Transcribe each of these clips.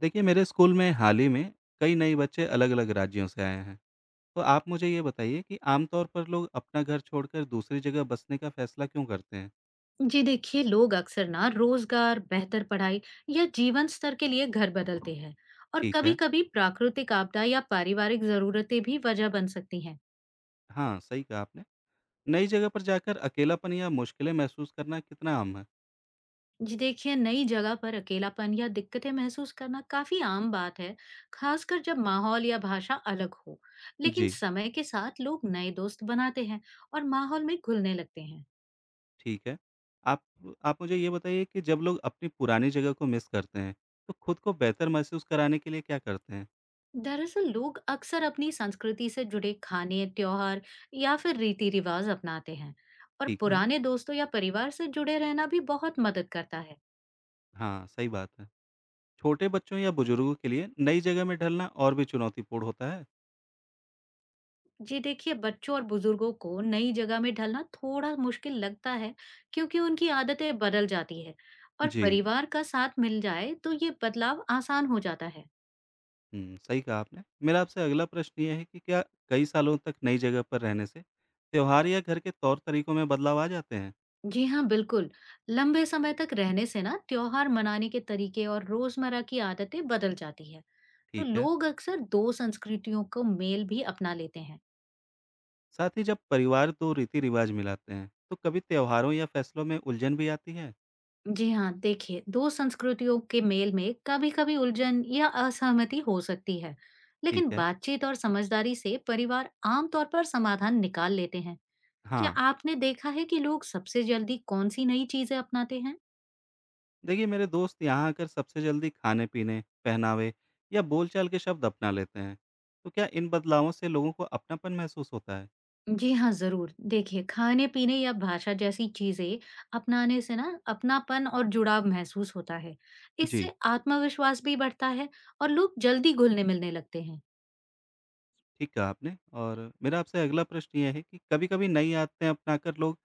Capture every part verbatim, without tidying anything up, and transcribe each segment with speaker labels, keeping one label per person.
Speaker 1: देखिए मेरे स्कूल में हाल ही में कई नए बच्चे अलग अलग राज्यों से आए हैं। तो आप मुझे ये बताइए कि आमतौर पर लोग अपना घर छोड़कर दूसरी जगह बसने का फैसला क्यों करते हैं।
Speaker 2: जी देखिए, लोग अक्सर ना रोजगार, बेहतर पढ़ाई या जीवन स्तर के लिए घर बदलते हैं। और
Speaker 1: ठीक
Speaker 2: कभी
Speaker 1: है।
Speaker 2: कभी प्राकृतिक आपदा या पारिवारिक जरूरतें भी वजह बन सकती हैं।
Speaker 1: हाँ सही कहा आपने। नई जगह पर जाकर अकेलापन या मुश्किलें महसूस करना कितना आम है।
Speaker 2: जी देखिए, नई जगह पर अकेलापन या दिक्कतें महसूस करना काफी आम बात है, खासकर जब माहौल या भाषा अलग हो। लेकिन
Speaker 1: जी।
Speaker 2: समय के साथ लोग नए दोस्त बनाते हैं और माहौल में घुलने लगते हैं।
Speaker 1: ठीक है। आप आप मुझे ये बताइए कि जब लोग अपनी पुरानी जगह को मिस करते हैं तो खुद को बेहतर महसूस कराने के लिए क्या करते हैं।
Speaker 2: दरअसल लोग अक्सर अपनी संस्कृति से जुड़े खाने, त्योहार या फिर रीति रिवाज अपनाते हैं। और
Speaker 1: ठीक है।
Speaker 2: पुराने दोस्तों या परिवार से जुड़े रहना भी बहुत मदद करता है।
Speaker 1: हाँ सही बात है। छोटे बच्चों या बुजुर्गों के लिए नई जगह में ढलना और भी चुनौतीपूर्ण होता है।
Speaker 2: जी देखिए, बच्चों और बुजुर्गों को नई जगह में ढलना थोड़ा मुश्किल लगता है, क्योंकि उनकी आदतें बदल जाती है। और
Speaker 1: जी।
Speaker 2: परिवार का साथ मिल जाए तो ये बदलाव आसान हो जाता है।
Speaker 1: हुँ, सही कहा आपने। मेरा आपसे अगला प्रश्न ये है कि क्या कई सालों तक नई जगह पर रहने से त्योहार या घर के तौर-तरीकों में बदलाव आ जाते हैं?
Speaker 2: जी हाँ, बिल्कुल। लंबे समय तक रहने से ना त्योहार मनाने के तरीके और रोजमर्रा की आदतें बदल जाती है। तो
Speaker 1: ठीक है।
Speaker 2: लोग अक्सर दो संस्कृतियों को मेल भी अपना लेते हैं।
Speaker 1: साथ ही जब परिवार दो रीति-रिवाज मिलाते हैं, तो कभी त्योहारों या फैसलों में उलझन भी आती है?
Speaker 2: जी हाँ, देखिए, दो संस्कृतियों के मेल में कभी कभी उलझन या असहमति हो सकती है। लेकिन
Speaker 1: ठीक है।
Speaker 2: बातचीत और समझदारी से परिवार आमतौर पर समाधान निकाल लेते हैं। क्या
Speaker 1: हाँ,
Speaker 2: आपने देखा है कि लोग सबसे जल्दी कौन सी नई चीजें अपनाते हैं?
Speaker 1: देखिए मेरे दोस्त यहाँ आकर सबसे जल्दी खाने-पीने, पहनावे या बोलचाल के शब्द अपना लेते हैं। तो क्या इन बदलावों से लोगों को अपनापन महसूस होता है?
Speaker 2: जी हाँ, जरूर। देखिए, खाने पीने या भाषा जैसी चीजें अपनाने से ना अपनापन और जुड़ाव महसूस होता है।
Speaker 1: जी।
Speaker 2: इससे आत्मविश्वास भी बढ़ता है और लोग जल्दी घुलने मिलने लगते हैं।
Speaker 1: ठीक कहा आपने। और मेरा आपसे अगला प्रश्न ये है कि कभी-कभी नई आदतें अपनाकर लोग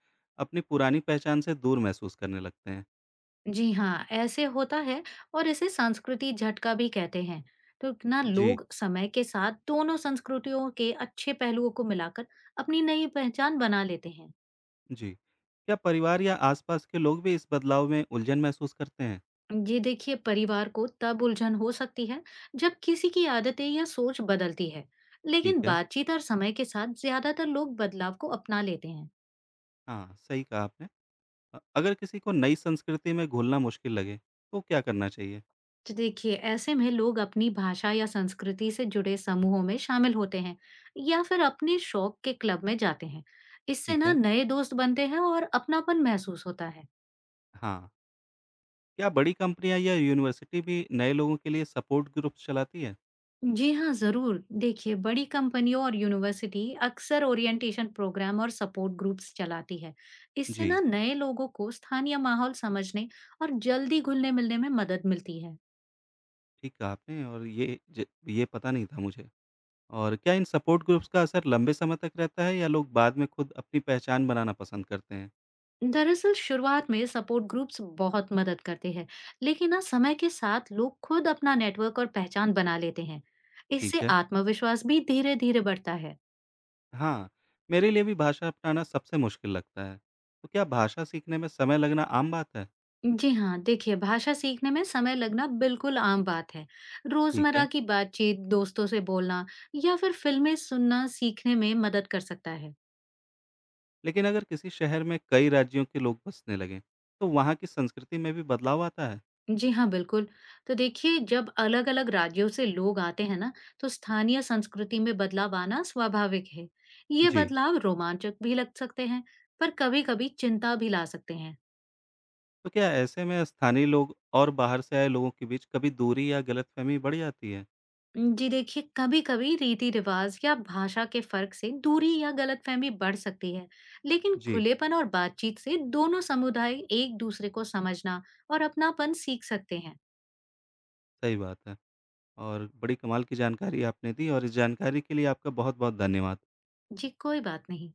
Speaker 1: अपनी पुरानी पहचान से दूर महसूस करने लगते हैं।
Speaker 2: जी हाँ, ऐसे होता है, और इसे संस्कृति झटका भी कहते हैं। तो ना
Speaker 1: जी,
Speaker 2: लोग समय के साथ दोनों संस्कृतियों के अच्छे पहलुओं को मिलाकर अपनी नई पहचान बना लेते हैं।
Speaker 1: जी। क्या परिवार या आसपास के लोग भी इस बदलाव में उलझन महसूस करते हैं?
Speaker 2: ये देखिए, परिवार को तब उलझन हो सकती है जब किसी की आदतें या सोच बदलती है। लेकिन
Speaker 1: ठीक है।
Speaker 2: बातचीत और समय के साथ ज्यादातर लोग बदलाव को अपना लेते हैं।
Speaker 1: हाँ, सही कहा आपने। अ, अगर किसी को नई संस्कृति में घुलना मुश्किल लगे, तो क्या करना चाहिए?
Speaker 2: तो देखिए, ऐसे में लोग अपनी भाषा या संस्कृति से जुड़े समूहों में शामिल होते हैं, या फिर अपने शौक के क्लब में जाते हैं। इससे
Speaker 1: ठीक
Speaker 2: ना
Speaker 1: है।
Speaker 2: नए दोस्त बनते हैं और अपनापन महसूस होता है।
Speaker 1: हाँ, क्या बड़ी कंपनियाँ या यूनिवर्सिटी भी नए लोगों के लिए सपोर्ट ग्रुप्स चलाती है?
Speaker 2: जी हाँ, जरूर। देखिए, बड़ी कंपनियों और यूनिवर्सिटी अक्सर ओरिएंटेशन प्रोग्राम और सपोर्ट ग्रुप्स चलाती है। इससे ना
Speaker 1: जी,
Speaker 2: नए लोगों को स्थानीय माहौल समझने और जल्दी घुलने मिलने में मदद मिलती है।
Speaker 1: ठीक कहा आपने। और ये ज ये पता नहीं था मुझे। और क्या इन सपोर्ट ग्रुप्स का असर लंबे समय तक रहता है या लोग बाद में खुद अपनी पहचान बनाना पसंद करते हैं?
Speaker 2: दरअसल शुरुआत में सपोर्ट ग्रुप्स बहुत मदद करते हैं, लेकिन ना समय के साथ लोग खुद अपना नेटवर्क और पहचान बना लेते हैं। इससे
Speaker 1: ठीक है।
Speaker 2: आत्मविश्वास भी धीरे धीरे बढ़ता है।
Speaker 1: हाँ, मेरे लिए भी भाषा अपनाना सबसे मुश्किल लगता है। तो क्या भाषा सीखने में समय लगना आम बात है?
Speaker 2: जी हाँ, देखिए, भाषा सीखने में समय लगना बिल्कुल आम बात है।
Speaker 1: ठीक है।
Speaker 2: रोजमर्रा की बातचीत, दोस्तों से बोलना या फिर फिल्में सुनना सीखने में मदद कर सकता है।
Speaker 1: लेकिन अगर किसी शहर में कई राज्यों के लोग बसने लगे, तो वहाँ की संस्कृति में भी बदलाव आता है?
Speaker 2: जी हाँ, बिल्कुल। तो देखिए, जब अलग-अलग राज्यों से लोग आते हैं ना, तो स्थानीय संस्कृति में बदलाव आना स्वाभाविक है। ये
Speaker 1: जी।
Speaker 2: बदलाव रोमांचक भी लग सकते हैं, पर कभी-कभी चिंता भी ला सकते हैं।
Speaker 1: तो क्या ऐसे में स्थानीय लोग और बाहर से आए लोगों के बीच कभी दूरी या गलतफहमी बढ़ जाती है?
Speaker 2: जी देखिए, कभी-कभी रीति-रिवाज या भाषा के फर्क से दूरी या गलतफहमी बढ़ सकती है, लेकिन
Speaker 1: जी,
Speaker 2: खुलेपन और बातचीत से दोनों समुदाय एक-दूसरे को समझना और अपनापन सीख सकते हैं।
Speaker 1: सही बात है। और बड़ी कमाल की जानकारी आपने दी और इस जानकारी के लिए आपका बहुत-बहुत धन्यवाद।
Speaker 2: जी, कोई बात नहीं।